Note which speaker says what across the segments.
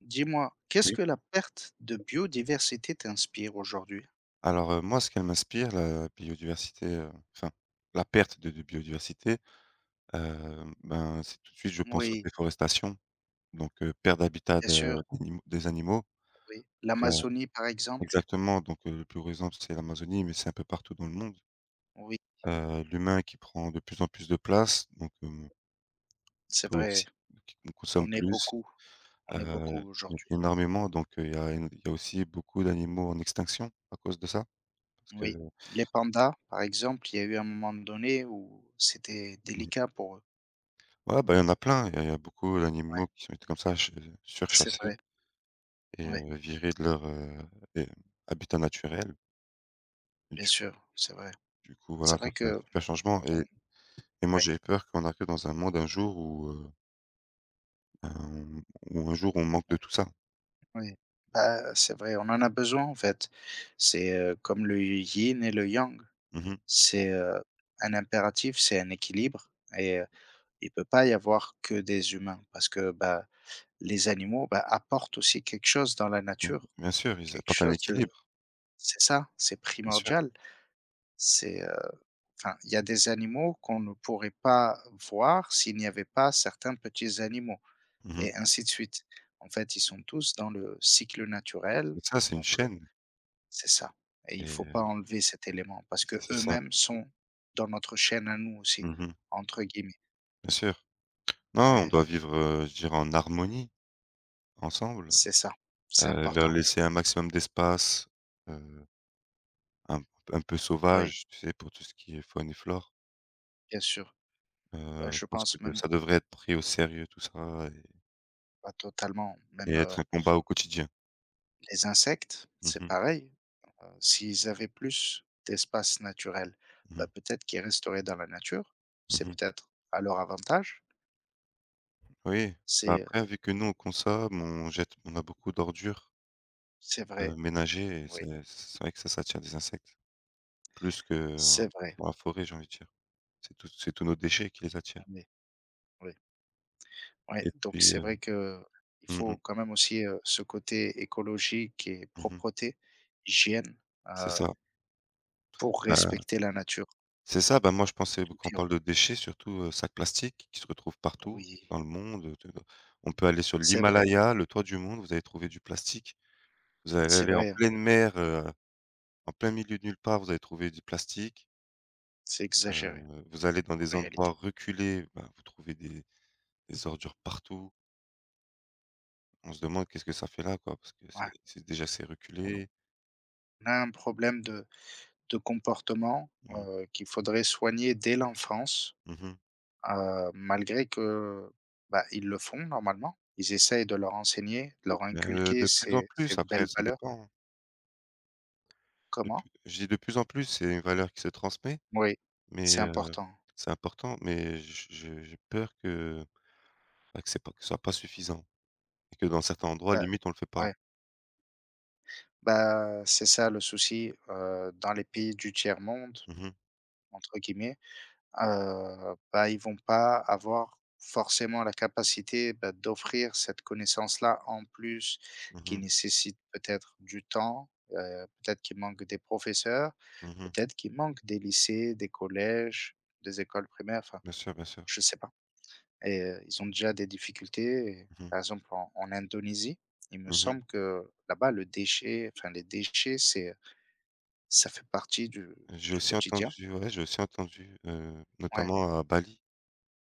Speaker 1: Dis-moi, qu'est-ce
Speaker 2: Oui.
Speaker 1: que la perte de biodiversité t'inspire aujourd'hui?
Speaker 2: Alors, moi, ce qu'elle m'inspire, la biodiversité, enfin, la perte de biodiversité, ben, c'est tout de suite, je pense aux
Speaker 1: Oui,
Speaker 2: déforestations, donc perte d'habitat
Speaker 1: bien
Speaker 2: de
Speaker 1: sûr,
Speaker 2: d'anim des animaux.
Speaker 1: oui.
Speaker 2: Heu,
Speaker 1: L'Amazonie, par exemple?
Speaker 2: Exactement, donc le plus gros exemple c'est l'Amazonie, mais c'est un peu partout dans le monde.
Speaker 1: Oui,
Speaker 2: L'humain qui prend de plus en plus de place, donc
Speaker 1: c'est
Speaker 2: peut aussi
Speaker 1: vrai,
Speaker 2: qui on consomme
Speaker 1: on est
Speaker 2: plus,
Speaker 1: beaucoup, on est
Speaker 2: heu,
Speaker 1: beaucoup aujourd'hui.
Speaker 2: énormément, donc il y a aussi beaucoup d'animaux en extinction à cause de ça, parce
Speaker 1: Oui.
Speaker 2: que
Speaker 1: Les pandas, par exemple, il y a eu un moment donné où c'était
Speaker 2: mmh.
Speaker 1: délicat pour eux.
Speaker 2: Ouais, bah, il y en a plein, il y a beaucoup
Speaker 1: Ouais,
Speaker 2: d'animaux qui sont été comme ça, ch
Speaker 1: c'est
Speaker 2: surchassés
Speaker 1: vrai.
Speaker 2: et
Speaker 1: Oui,
Speaker 2: virés de leur, et habitat naturel et
Speaker 1: bien
Speaker 2: du coup
Speaker 1: sûr, c'est vrai.
Speaker 2: du coup,
Speaker 1: C'est
Speaker 2: voilà, ça
Speaker 1: vrai
Speaker 2: fait un
Speaker 1: que
Speaker 2: super changement
Speaker 1: on
Speaker 2: et moi,
Speaker 1: ouais,
Speaker 2: j'ai peur qu'on arrive dans un monde un jour où, ben, où un jour on manque de
Speaker 1: on
Speaker 2: tout ça.
Speaker 1: oui. Bah, c'est vrai, on en a besoin, en fait. C'est, comme le yin et le yang.
Speaker 2: Mmh.
Speaker 1: C'est, un impératif, c'est un équilibre et il peut pas y avoir que des humains parce que, bah, les animaux, bah, apportent aussi quelque chose dans la
Speaker 2: Donc
Speaker 1: nature,
Speaker 2: bien sûr, ils
Speaker 1: quelque
Speaker 2: apportent un
Speaker 1: chose de
Speaker 2: équilibre,
Speaker 1: c'est ça, c'est
Speaker 2: bien sûr.
Speaker 1: primordial. C'est, enfin, il y a des animaux qu'on ne pourrait pas voir s'il n'y avait pas certains petits animaux
Speaker 2: Mmh.
Speaker 1: et ainsi de suite. En fait, ils sont tous dans le cycle naturel
Speaker 2: C'est ça, c'est une
Speaker 1: donc
Speaker 2: chaîne
Speaker 1: c'est ça et il faut
Speaker 2: et
Speaker 1: pas enlever cet élément parce que
Speaker 2: c'est
Speaker 1: eux
Speaker 2: ça.
Speaker 1: mêmes sont dans notre chaîne à nous aussi,
Speaker 2: Mmh.
Speaker 1: entre guillemets.
Speaker 2: Bien sûr. Non, on doit
Speaker 1: Heu,
Speaker 2: vivre, je dirais en harmonie, ensemble,
Speaker 1: c'est ça, c'est
Speaker 2: leur
Speaker 1: important.
Speaker 2: laisser un maximum d'espace, heu Un un peu
Speaker 1: Oui,
Speaker 2: sauvage, tu sais, pour tout ce qui est faune et flore.
Speaker 1: bien sûr. Bah, je
Speaker 2: Je pense que
Speaker 1: pense même
Speaker 2: ça devrait être pris au sérieux tout ça et
Speaker 1: bah, totalement,
Speaker 2: et
Speaker 1: même,
Speaker 2: être un combat au quotidien.
Speaker 1: les insectes,
Speaker 2: Mmh
Speaker 1: c'est
Speaker 2: mh.
Speaker 1: pareil. S'ils avaient plus d'espace naturel,
Speaker 2: Mmh.
Speaker 1: bah, peut-être qu'ils resteraient dans la nature. C'est
Speaker 2: Mmh.
Speaker 1: peut-être à leur avantage.
Speaker 2: Oui, bah,
Speaker 1: C'est,
Speaker 2: après vu que nous on consomme, on jette on a beaucoup d'ordures,
Speaker 1: c'est vrai,
Speaker 2: ménagères et
Speaker 1: oui,
Speaker 2: c'est vrai que ça ça attire des insectes. Plus que
Speaker 1: c'est vrai.
Speaker 2: dans la forêt, j'ai envie de dire. C'est tous nos déchets qui les attirent
Speaker 1: Oui, oui. Ouais,
Speaker 2: et
Speaker 1: donc
Speaker 2: puis,
Speaker 1: c'est vrai que il
Speaker 2: mmh mh.
Speaker 1: faut quand même aussi, ce côté écologique et
Speaker 2: Mmh.
Speaker 1: propreté, hygiène,
Speaker 2: C'est
Speaker 1: heu,
Speaker 2: ça.
Speaker 1: pour
Speaker 2: Bah,
Speaker 1: respecter la nature.
Speaker 2: c'est ça, bah, moi je pensais
Speaker 1: Tout
Speaker 2: quand on
Speaker 1: est
Speaker 2: parle de déchets surtout, sacs plastiques qui se retrouvent partout
Speaker 1: oui,
Speaker 2: dans le monde, de on peut aller sur
Speaker 1: c'est vrai,
Speaker 2: l'Himalaya, le toit du monde, vous allez trouver du plastique. Vous allez
Speaker 1: c'est
Speaker 2: aller en
Speaker 1: vrai, hein,
Speaker 2: pleine mer, en plein milieu de nulle part, vous allez trouver du plastique.
Speaker 1: c'est exagéré
Speaker 2: Heu, Vous allez dans
Speaker 1: en
Speaker 2: des endroits
Speaker 1: réalité.
Speaker 2: reculés, bah, vous trouvez des ordures partout. On se demande qu'est-ce que ça fait là, quoi? Parce que
Speaker 1: Ouais,
Speaker 2: c'est
Speaker 1: on a
Speaker 2: reculé.
Speaker 1: on a un problème de comportement,
Speaker 2: Mmh.
Speaker 1: qu'il faudrait soigner dès l'enfance,
Speaker 2: Mmh mh.
Speaker 1: malgré que, bah, ils le font normalement. Ils essayent de leur enseigner, de leur inculquer
Speaker 2: De plus en
Speaker 1: ces
Speaker 2: plus après
Speaker 1: belles
Speaker 2: ça
Speaker 1: valeurs.
Speaker 2: dépend, hein. De
Speaker 1: Comment?
Speaker 2: plus Je dis de plus en plus, c'est une valeur qui se transmet,
Speaker 1: Oui,
Speaker 2: mais.
Speaker 1: c'est important.
Speaker 2: C'est important, mais j'ai peur que bah, que ce soit pas suffisant et que dans certains endroits,
Speaker 1: Bah,
Speaker 2: limite, on le fait pas.
Speaker 1: ouais, bah, c'est ça le souci, dans les pays du tiers-monde,
Speaker 2: Mmh mh.
Speaker 1: entre guillemets, bah, ils vont pas avoir forcément la capacité, bah, d'offrir cette connaissance-là en plus, qui
Speaker 2: Mmh.
Speaker 1: nécessite peut-être du temps, peut-être qu'il manque des professeurs,
Speaker 2: Mmh.
Speaker 1: peut-être qu'il manque des lycées, des collèges, des écoles primaires, enfin,
Speaker 2: Bien sûr, bien sûr.
Speaker 1: je sais pas. Et ils ont déjà des difficultés. Et
Speaker 2: Mmh mh.
Speaker 1: par exemple, en Indonésie, il me
Speaker 2: Mmh.
Speaker 1: semble que là-bas, le déchet enfin, les déchets, c'est ça fait partie
Speaker 2: J'ai
Speaker 1: du
Speaker 2: aussi
Speaker 1: quotidien.
Speaker 2: entendu, ouais, j'ai aussi entendu,
Speaker 1: Ouais,
Speaker 2: notamment à Bali.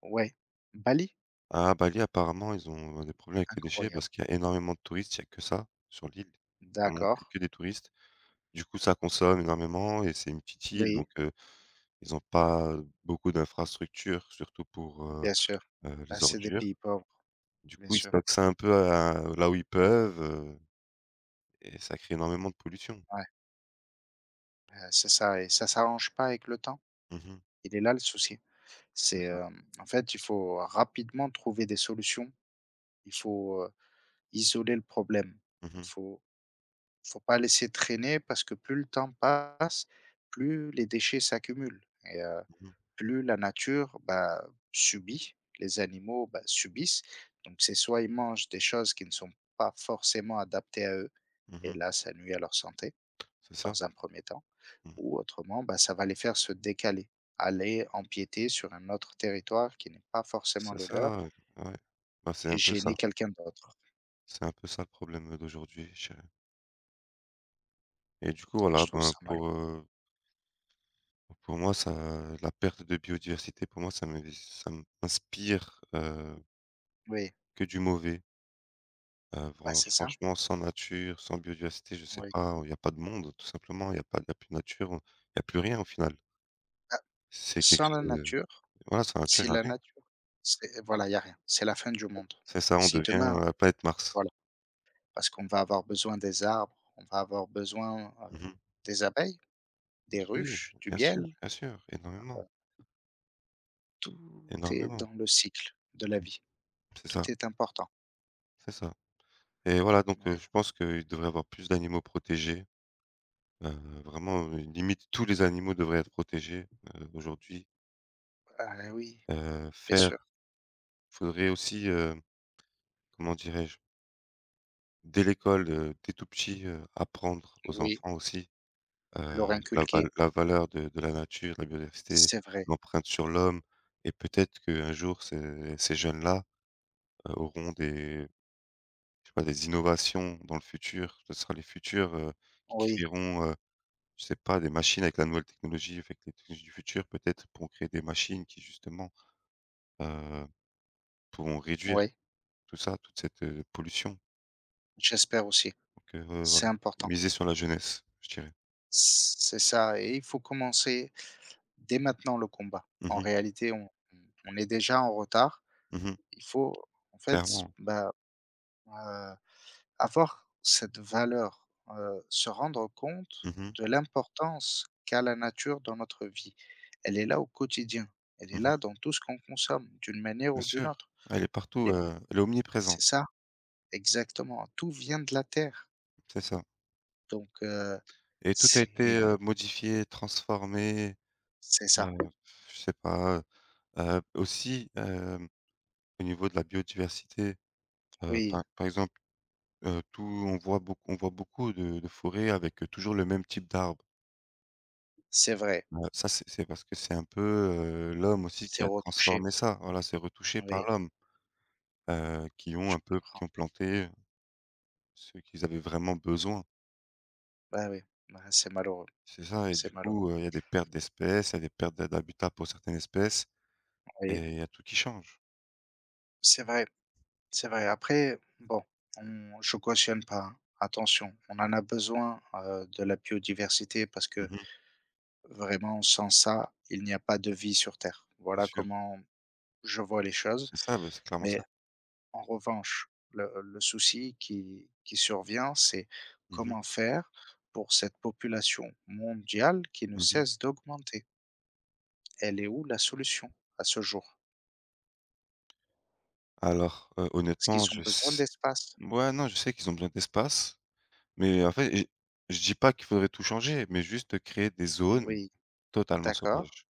Speaker 1: ouais. Bali?
Speaker 2: À Bali, apparemment, ils ont des problèmes avec les déchets parce
Speaker 1: Incroyable.
Speaker 2: qu'il y a énormément de touristes, il y a que ça sur l'île, vraiment que
Speaker 1: D'accord.
Speaker 2: que des touristes. Du coup, ça consomme énormément et c'est une petite île, donc
Speaker 1: Oui,
Speaker 2: ils n'ont pas beaucoup d'infrastructures, surtout pour,
Speaker 1: bien sûr. Bah,
Speaker 2: les
Speaker 1: c'est des
Speaker 2: ordures.
Speaker 1: pays pauvres,
Speaker 2: Du
Speaker 1: bien
Speaker 2: coup, ils
Speaker 1: sûr.
Speaker 2: stockent ça un peu à là où ils peuvent, et ça crée énormément de pollution.
Speaker 1: Ouais, c'est ça et ça s'arrange pas avec le temps.
Speaker 2: Mmh.
Speaker 1: Il est là le souci.
Speaker 2: C'est
Speaker 1: C'est,
Speaker 2: ça.
Speaker 1: en fait, il faut rapidement trouver des solutions. Il faut, isoler le problème.
Speaker 2: Mmh
Speaker 1: Il
Speaker 2: mh.
Speaker 1: faut faut pas laisser traîner parce que plus le temps passe, plus les déchets s'accumulent et
Speaker 2: Mmh.
Speaker 1: plus la nature, bah, subit, les animaux, bah, subissent. Donc c'est soit ils mangent des choses qui ne sont pas forcément adaptées à eux et
Speaker 2: Mmh.
Speaker 1: là ça nuit à leur santé
Speaker 2: C'est ça.
Speaker 1: dans un premier temps
Speaker 2: Mmh.
Speaker 1: ou autrement, bah, ça va les faire se décaler, aller empiéter sur un autre territoire qui n'est pas forcément
Speaker 2: C'est
Speaker 1: le leur
Speaker 2: ça, ouais. Bah, c'est
Speaker 1: et
Speaker 2: un peu ça.
Speaker 1: gêner quelqu'un d'autre.
Speaker 2: C'est un peu ça le problème, d'aujourd'hui, je dirais et du coup, voilà,
Speaker 1: Je trouve
Speaker 2: ben,
Speaker 1: ça malheureux.
Speaker 2: pour moi, ça la perte de biodiversité, pour moi, ça m'inspire,
Speaker 1: Oui,
Speaker 2: que du mauvais.
Speaker 1: bah,
Speaker 2: Vran
Speaker 1: c'est ça,
Speaker 2: franchement, sans nature, sans biodiversité, je sais
Speaker 1: oui.
Speaker 2: pas, il y a pas de monde, tout simplement. Il y a pas il y a plus de nature, il y a plus rien, au final. C'est quelque
Speaker 1: Sans la
Speaker 2: chose.
Speaker 1: nature
Speaker 2: Voilà, ça tu
Speaker 1: si
Speaker 2: as.
Speaker 1: la nature c'est voilà, il y a rien, c'est la fin du monde.
Speaker 2: C'est ça, on
Speaker 1: Si
Speaker 2: devient,
Speaker 1: demain
Speaker 2: la planète Mars.
Speaker 1: voilà, parce qu'on va avoir besoin des arbres, on va avoir besoin,
Speaker 2: Mmh.
Speaker 1: des abeilles,
Speaker 2: B
Speaker 1: des
Speaker 2: Oui,
Speaker 1: ruches, du miel,
Speaker 2: bien sûr, énormément,
Speaker 1: heu, tout est
Speaker 2: énormément.
Speaker 1: dans le cycle de la
Speaker 2: Mmh.
Speaker 1: vie.
Speaker 2: C'est
Speaker 1: Tout
Speaker 2: ça,
Speaker 1: est important.
Speaker 2: c'est ça et voilà donc
Speaker 1: Ouais.
Speaker 2: je pense qu'il devrait y avoir plus d'animaux protégés, heu, vraiment, limite tous les animaux devraient être protégés, aujourd'hui.
Speaker 1: Ah oui, bien sûr.
Speaker 2: Faire faudrait aussi, comment dirais-je? Dès l'école, dès tout petit, apprendre aux
Speaker 1: Oui,
Speaker 2: enfants aussi
Speaker 1: leur inculquer,
Speaker 2: la valeur de la nature, la biodiversité,
Speaker 1: c'est vrai.
Speaker 2: l'empreinte sur l'homme et peut-être qu'un jour ces jeunes-là, auront des je sais pas, des innovations dans le futur. Ce sera les futurs, qui
Speaker 1: Oui,
Speaker 2: créeront, je sais pas, des machines avec la nouvelle technologie, avec les technologies du futur peut-être pour créer des machines qui justement, heu, pourront réduire
Speaker 1: oui,
Speaker 2: tout ça, toute cette, pollution.
Speaker 1: j'espère aussi.
Speaker 2: Donc
Speaker 1: C'est
Speaker 2: voilà, faut
Speaker 1: important.
Speaker 2: miser sur la jeunesse, je dirais.
Speaker 1: C'est ça et il faut commencer dès maintenant le combat.
Speaker 2: Mmh
Speaker 1: En
Speaker 2: mh.
Speaker 1: réalité, on on est déjà en retard.
Speaker 2: Mmh.
Speaker 1: Il faut en fait,
Speaker 2: Clairement.
Speaker 1: bah, heu, avoir cette valeur, se rendre compte
Speaker 2: Mmh mh.
Speaker 1: de l'importance qu'a la nature dans notre vie. Elle est là au quotidien, elle est là
Speaker 2: Mmh.
Speaker 1: dans tout ce qu'on consomme d'une manière
Speaker 2: Bien
Speaker 1: ou d'une
Speaker 2: sûr.
Speaker 1: autre.
Speaker 2: Elle est partout,
Speaker 1: Les
Speaker 2: elle est
Speaker 1: c'est
Speaker 2: omniprésente.
Speaker 1: ça, exactement, tout vient de la terre
Speaker 2: C'est ça
Speaker 1: donc
Speaker 2: et tout a été,
Speaker 1: c'est
Speaker 2: modifié, transformé,
Speaker 1: c'est
Speaker 2: heu,
Speaker 1: ça.
Speaker 2: je sais pas, aussi, au niveau de la biodiversité,
Speaker 1: Oui,
Speaker 2: par exemple, tout on voit beaucoup de forêts avec, toujours le même type d'arbre.
Speaker 1: c'est vrai,
Speaker 2: Ça, c'est parce que c'est un peu, l'homme aussi qui
Speaker 1: c'est
Speaker 2: a
Speaker 1: retouché.
Speaker 2: transformé ça. Voilà, c'est retouché par
Speaker 1: Oui,
Speaker 2: l'homme,
Speaker 1: je comprends.
Speaker 2: qui ont planté ce qu'ils avaient vraiment besoin.
Speaker 1: Bah, oui, bah, c'est malheureux,
Speaker 2: C'est ça et du
Speaker 1: c'est malheureux.
Speaker 2: coup, il y a des pertes d'espèces, il y a des pertes d'habitat pour certaines espèces et
Speaker 1: Oui,
Speaker 2: il y a tout qui change.
Speaker 1: c'est vrai. C'est vrai. Après, bon, on je cautionne pas, hein, attention. On en a besoin, de la biodiversité parce que
Speaker 2: Mmh mh.
Speaker 1: vraiment sans ça, il n'y a pas de vie sur terre.
Speaker 2: Bien
Speaker 1: Voilà
Speaker 2: sûr.
Speaker 1: comment je vois les choses.
Speaker 2: C'est ça, bah, c'est clairement ça.
Speaker 1: Mais en revanche, le souci qui survient, c'est
Speaker 2: Mmh mh.
Speaker 1: comment faire pour cette population mondiale qui ne
Speaker 2: Mmh mh.
Speaker 1: cesse d'augmenter? Elle est où la solution à ce jour?
Speaker 2: Alors,
Speaker 1: Ce
Speaker 2: honnêtement,
Speaker 1: qu'ils ont
Speaker 2: je
Speaker 1: besoin
Speaker 2: s
Speaker 1: d'espace.
Speaker 2: ouais, non, je sais qu'ils ont besoin d'espace, mais en fait, j je dis pas qu'il faudrait tout changer, mais juste créer des zones
Speaker 1: Oui,
Speaker 2: totalement
Speaker 1: d'accord.
Speaker 2: sauvages.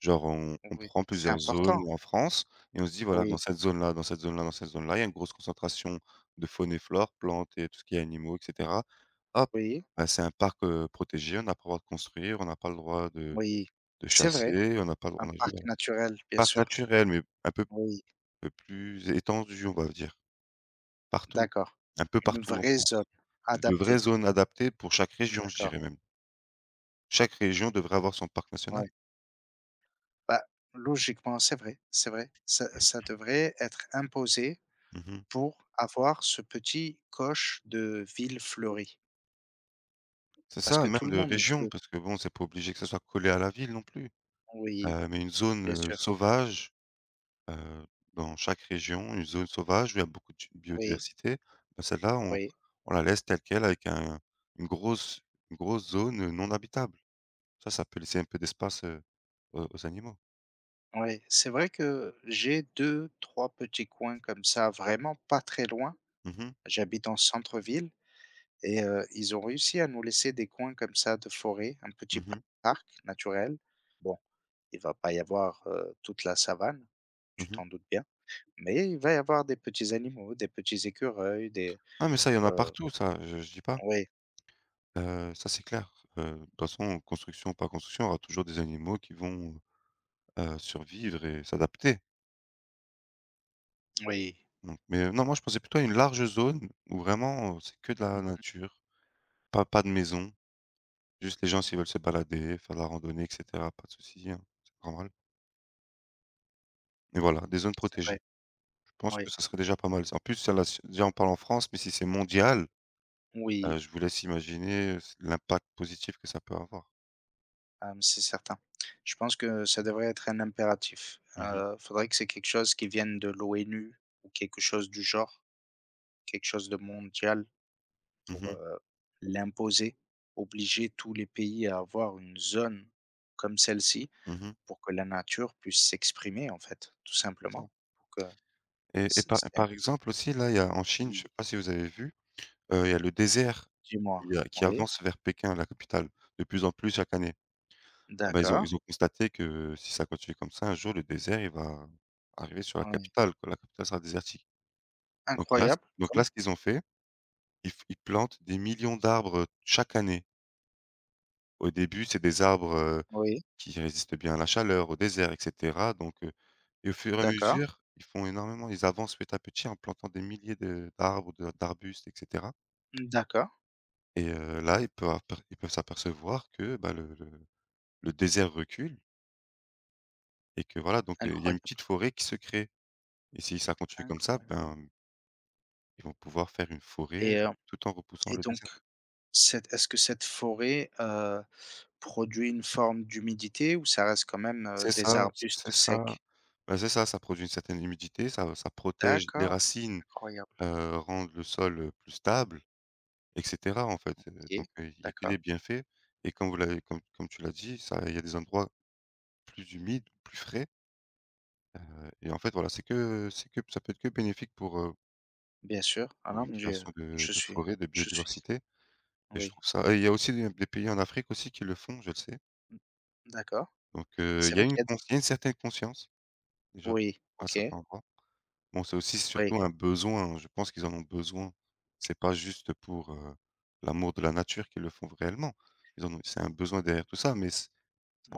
Speaker 2: Genre on
Speaker 1: Oui,
Speaker 2: prend
Speaker 1: c'est
Speaker 2: plusieurs zones
Speaker 1: important.
Speaker 2: en France et on se dit: «Voilà, dans
Speaker 1: Oui,
Speaker 2: cette zone-là, dans cette zone-là, dans cette zone-là, il y a une grosse concentration de faune et flore, plantes et tout ce qui est animaux et cetera». Hop,
Speaker 1: oui.
Speaker 2: bah, c'est un parc, protégé, on n'a pas le droit de construire, on n'a pas le droit de
Speaker 1: Oui,
Speaker 2: de
Speaker 1: c'est vrai,
Speaker 2: chasser, on n'a pas le droit
Speaker 1: un
Speaker 2: on a juste
Speaker 1: parc
Speaker 2: voilà,
Speaker 1: naturel, bien
Speaker 2: parc
Speaker 1: sûr.
Speaker 2: naturel mais un peu
Speaker 1: Oui,
Speaker 2: Peu plus étendue, on va dire, partout,
Speaker 1: d'accord.
Speaker 2: un peu
Speaker 1: Une
Speaker 2: partout en
Speaker 1: vraie zone
Speaker 2: France. De vraies
Speaker 1: adaptée.
Speaker 2: zones adaptées pour chaque région, je
Speaker 1: D'accord,
Speaker 2: dirais même. Chaque région devrait avoir son parc
Speaker 1: ouais.
Speaker 2: national.
Speaker 1: Bah, logiquement, c'est vrai, c'est vrai. Ça devrait être imposé
Speaker 2: Mmh.
Speaker 1: pour avoir ce petit coche de ville fleurie.
Speaker 2: C'est
Speaker 1: Parce
Speaker 2: ça,
Speaker 1: que
Speaker 2: même
Speaker 1: tout le
Speaker 2: de
Speaker 1: monde
Speaker 2: région,
Speaker 1: veut
Speaker 2: parce que bon, c'est pas obligé que ça soit collé à la ville non plus.
Speaker 1: oui,
Speaker 2: Mais une zone,
Speaker 1: bien sûr,
Speaker 2: sauvage, heu, dans chaque région, une zone sauvage où il y a beaucoup de
Speaker 1: oui,
Speaker 2: biodiversité, bah, celle-là, on
Speaker 1: oui,
Speaker 2: on la laisse telle quelle avec un une grosse une grosse zone, non habitable. Ça peut laisser un peu d'espace, aux animaux.
Speaker 1: oui. C'est vrai que j'ai deux, trois petits coins comme ça, vraiment pas très loin.
Speaker 2: Mmh mh.
Speaker 1: J'habite en centre-ville. Et ils ont réussi à nous laisser des coins comme ça de forêt, un petit
Speaker 2: Mmh.
Speaker 1: parc naturel. Bon, il va pas y avoir, toute la savane, tu
Speaker 2: Mmh.
Speaker 1: t'en doutes bien, mais il va y avoir des petits animaux, des petits écureuils, des,
Speaker 2: Ah mais ça, il y en a
Speaker 1: heu
Speaker 2: partout ça, je dis pas.
Speaker 1: oui,
Speaker 2: Ça c'est clair. De toute façon, construction ou pas construction, il y aura toujours des animaux qui vont, survivre et s'adapter.
Speaker 1: oui,
Speaker 2: Donc mais non, moi je pensais plutôt à une large zone où vraiment, c'est que de la
Speaker 1: mmh,
Speaker 2: nature, pas de maison, juste les gens s'ils veulent se balader, faire de la randonnée et cetera, pas de souci, hein, c'est pas mal. Mais voilà, des zones
Speaker 1: c'est vrai,
Speaker 2: protégées. Je pense
Speaker 1: oui,
Speaker 2: que ça serait déjà pas mal. En plus, ça là, s déjà on parle en France, mais si c'est mondial,
Speaker 1: oui,
Speaker 2: je vous laisse imaginer, l'impact positif que ça peut avoir.
Speaker 1: ah, c'est certain. Je pense que ça devrait être un impératif.
Speaker 2: Mmh mh.
Speaker 1: Faudrait que c'est quelque chose qui vienne de l'ONU ou quelque chose du genre, quelque chose de mondial. Pour,
Speaker 2: Mmh.
Speaker 1: l'imposer, obliger tous les pays à avoir une zone comme celle-ci
Speaker 2: Mmh.
Speaker 1: pour que la nature puisse s'exprimer, en fait, tout simplement. Pour que
Speaker 2: Et par
Speaker 1: c'est un
Speaker 2: par exemple aussi là, il y a en Chine, je
Speaker 1: oui,
Speaker 2: sais pas si vous avez vu, il y a le désert,
Speaker 1: dis-moi?
Speaker 2: il y a qui
Speaker 1: Oui,
Speaker 2: avance vers Pékin, la capitale, de plus en plus chaque année. Ah bah, ils ont
Speaker 1: d'accord,
Speaker 2: ils ont constaté que si ça continue comme ça, un jour le désert, il va arriver sur la
Speaker 1: oui.
Speaker 2: capitale, quoi, la capitale sera désertique. Donc là c
Speaker 1: Incroyable,
Speaker 2: donc là,
Speaker 1: comme
Speaker 2: ce qu'ils ont fait, ils plantent des millions d'arbres, chaque année. Au début, c'est des arbres,
Speaker 1: oui,
Speaker 2: qui résistent bien à la chaleur, au désert et cetera donc et au fur et à
Speaker 1: d'accord,
Speaker 2: mesure, ils font énormément, ils avancent petit à petit en plantant des milliers de d'arbres, de d'arbustes et cetera
Speaker 1: d'accord,
Speaker 2: et là, ils peuvent aper ils peuvent s'apercevoir que, bah, le désert recule et que voilà donc il y a une
Speaker 1: incroyable,
Speaker 2: petite forêt qui se crée et si ça continue comme ça,
Speaker 1: incroyable
Speaker 2: ben, ils vont pouvoir faire une forêt,
Speaker 1: et heu
Speaker 2: tout en repoussant
Speaker 1: et
Speaker 2: le
Speaker 1: donc
Speaker 2: désert.
Speaker 1: cette est-ce que cette forêt, produit une forme d'humidité ou ça reste quand même,
Speaker 2: C'est
Speaker 1: des
Speaker 2: ça,
Speaker 1: arbustes
Speaker 2: c'est ça.
Speaker 1: secs?
Speaker 2: Bah, c'est ça, ça produit une certaine humidité, ça ça protège les
Speaker 1: D'accord,
Speaker 2: racines,
Speaker 1: incroyable.
Speaker 2: rend le sol, plus stable. Et cetera, en fait,
Speaker 1: OK,
Speaker 2: donc il y a que
Speaker 1: d'accord,
Speaker 2: des bienfaits et comme tu l'as dit, ça il y a des endroits plus humides, plus frais et en fait, voilà, c'est que ça peut être que bénéfique pour, heu,
Speaker 1: bien sûr. Ah
Speaker 2: pour
Speaker 1: non,
Speaker 2: une
Speaker 1: mais je
Speaker 2: création de
Speaker 1: je
Speaker 2: de
Speaker 1: suis
Speaker 2: forêt, de
Speaker 1: je suis
Speaker 2: biodiversité et je
Speaker 1: oui,
Speaker 2: trouve ça et il y a aussi des pays en Afrique aussi qui le font, je le sais,
Speaker 1: mmh, d'accord.
Speaker 2: donc
Speaker 1: C'est vrai qu'il y a
Speaker 2: il y a une certaine conscience déjà
Speaker 1: oui,
Speaker 2: à
Speaker 1: OK,
Speaker 2: certains endroits. Bon, c'est aussi
Speaker 1: oui,
Speaker 2: surtout un besoin, je pense qu'ils en ont besoin. C'est pas juste pour, l'amour de la nature qu'ils le font réellement. Ils en ont C'est un besoin derrière tout ça, mais c'est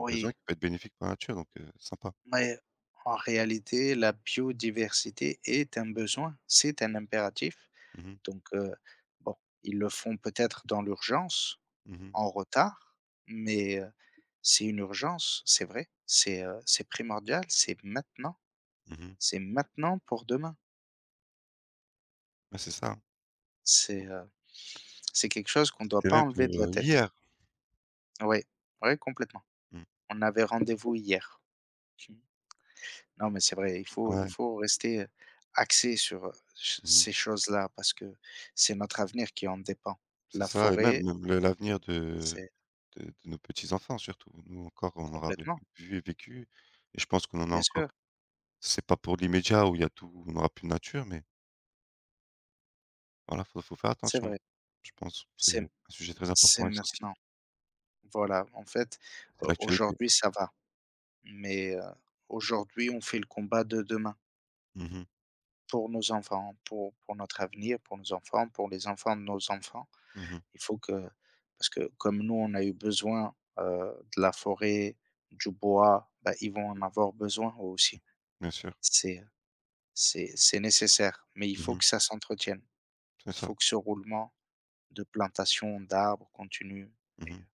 Speaker 2: un besoin qui peut être bénéfique par nature, donc sympa.
Speaker 1: mais en réalité, la biodiversité est un besoin, c'est un impératif.
Speaker 2: Mmh mh.
Speaker 1: Donc bon, ils le font peut-être dans l'urgence,
Speaker 2: Mmh mh.
Speaker 1: en retard, mais c'est une urgence, c'est vrai, c'est primordial,
Speaker 2: Mmh mh.
Speaker 1: c'est maintenant pour demain.
Speaker 2: Ouais, c'est ça, hein.
Speaker 1: C'est, heu, c'est quelque chose qu'on ne doit
Speaker 2: C'était
Speaker 1: pas
Speaker 2: même
Speaker 1: enlever de
Speaker 2: pour,
Speaker 1: la tête.
Speaker 2: hier.
Speaker 1: Ouais, ouais, complètement.
Speaker 2: Mmh.
Speaker 1: On avait rendez-vous hier. Mmh. Non, mais c'est vrai, il faut il
Speaker 2: Ouais.
Speaker 1: faut rester, axé sur, ch
Speaker 2: Mmh mh.
Speaker 1: ces choses-là parce que c'est notre avenir qui en dépend.
Speaker 2: C'est
Speaker 1: La
Speaker 2: ça et même
Speaker 1: forêt,
Speaker 2: même le l'avenir de
Speaker 1: c'est
Speaker 2: de de nos petits-enfants surtout. Nous encore, on aura vé
Speaker 1: complètement,
Speaker 2: vu et vécu et je pense qu'on en a
Speaker 1: bien sûr,
Speaker 2: encore. C'est pas pour l'immédiat où il y a tout où on aura plus de nature, mais voilà, faut faire
Speaker 1: c'est
Speaker 2: attention.
Speaker 1: vrai.
Speaker 2: Je pense, c'est un
Speaker 1: C'est
Speaker 2: sujet très
Speaker 1: c'est
Speaker 2: important et sensible.
Speaker 1: maintenant. Voilà, en fait,
Speaker 2: C'est l'actualité.
Speaker 1: aujourd'hui, ça va, mais aujourd'hui, on fait le combat de demain
Speaker 2: Mmh mh.
Speaker 1: pour nos enfants, pour notre avenir, pour nos enfants, pour les enfants de nos enfants.
Speaker 2: Mmh mh.
Speaker 1: Il faut que parce que comme nous, on a eu besoin, de la forêt, du bois, bah, ils vont en avoir besoin eux aussi.
Speaker 2: Bien sûr.
Speaker 1: C'est, c'est nécessaire, mais il
Speaker 2: Mmh
Speaker 1: faut
Speaker 2: mh.
Speaker 1: que ça s'entretienne.
Speaker 2: C'est
Speaker 1: Il
Speaker 2: ça.
Speaker 1: faut que ce roulement de plantation d'arbres continue
Speaker 2: Mmh
Speaker 1: et
Speaker 2: mh.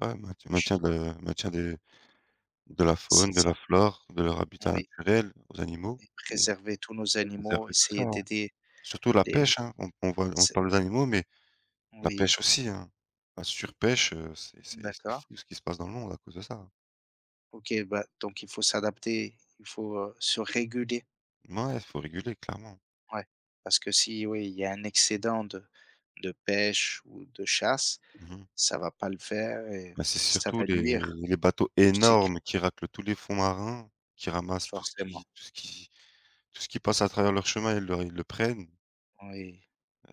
Speaker 2: Ouais, maintien
Speaker 1: ch
Speaker 2: maintien de maintien des De la
Speaker 1: c'est
Speaker 2: faune, de la
Speaker 1: ça,
Speaker 2: flore, de leur habitat
Speaker 1: oui
Speaker 2: naturel, aux animaux
Speaker 1: et
Speaker 2: et
Speaker 1: préserver tous nos animaux,
Speaker 2: préserver tout ça,
Speaker 1: essayer
Speaker 2: ouais.
Speaker 1: d'aider
Speaker 2: Surtout la
Speaker 1: les
Speaker 2: pêche, hein, on
Speaker 1: c'est
Speaker 2: parle des animaux, mais la
Speaker 1: oui,
Speaker 2: pêche aussi, hein. La surpêche, c'est
Speaker 1: d'accord.
Speaker 2: fou ce qui se passe dans le monde à cause de ça.
Speaker 1: OK, bah, donc il faut s'adapter, il faut, se réguler.
Speaker 2: Mouais, il faut réguler clairement.
Speaker 1: Ouais, parce que si, oui, il y a un excédent de pêche ou de chasse,
Speaker 2: Mmh mh.
Speaker 1: ça va pas le faire et
Speaker 2: Bah, c'est
Speaker 1: ça
Speaker 2: surtout
Speaker 1: va
Speaker 2: les
Speaker 1: nuire
Speaker 2: les bateaux
Speaker 1: au cycle,
Speaker 2: énormes qui raclent tous les fonds marins, qui ramassent
Speaker 1: forcément.
Speaker 2: tout ce qui passe à travers leur chemin, ils le prennent,
Speaker 1: Oui,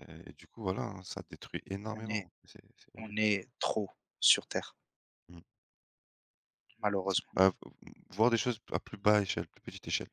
Speaker 2: et du coup voilà, hein, ça détruit
Speaker 1: on est
Speaker 2: énormément, c'est
Speaker 1: on
Speaker 2: horrible.
Speaker 1: est trop sur terre,
Speaker 2: Mmh.
Speaker 1: malheureusement.
Speaker 2: Bah, v voir des choses à plus bas échelle, plus petite échelle.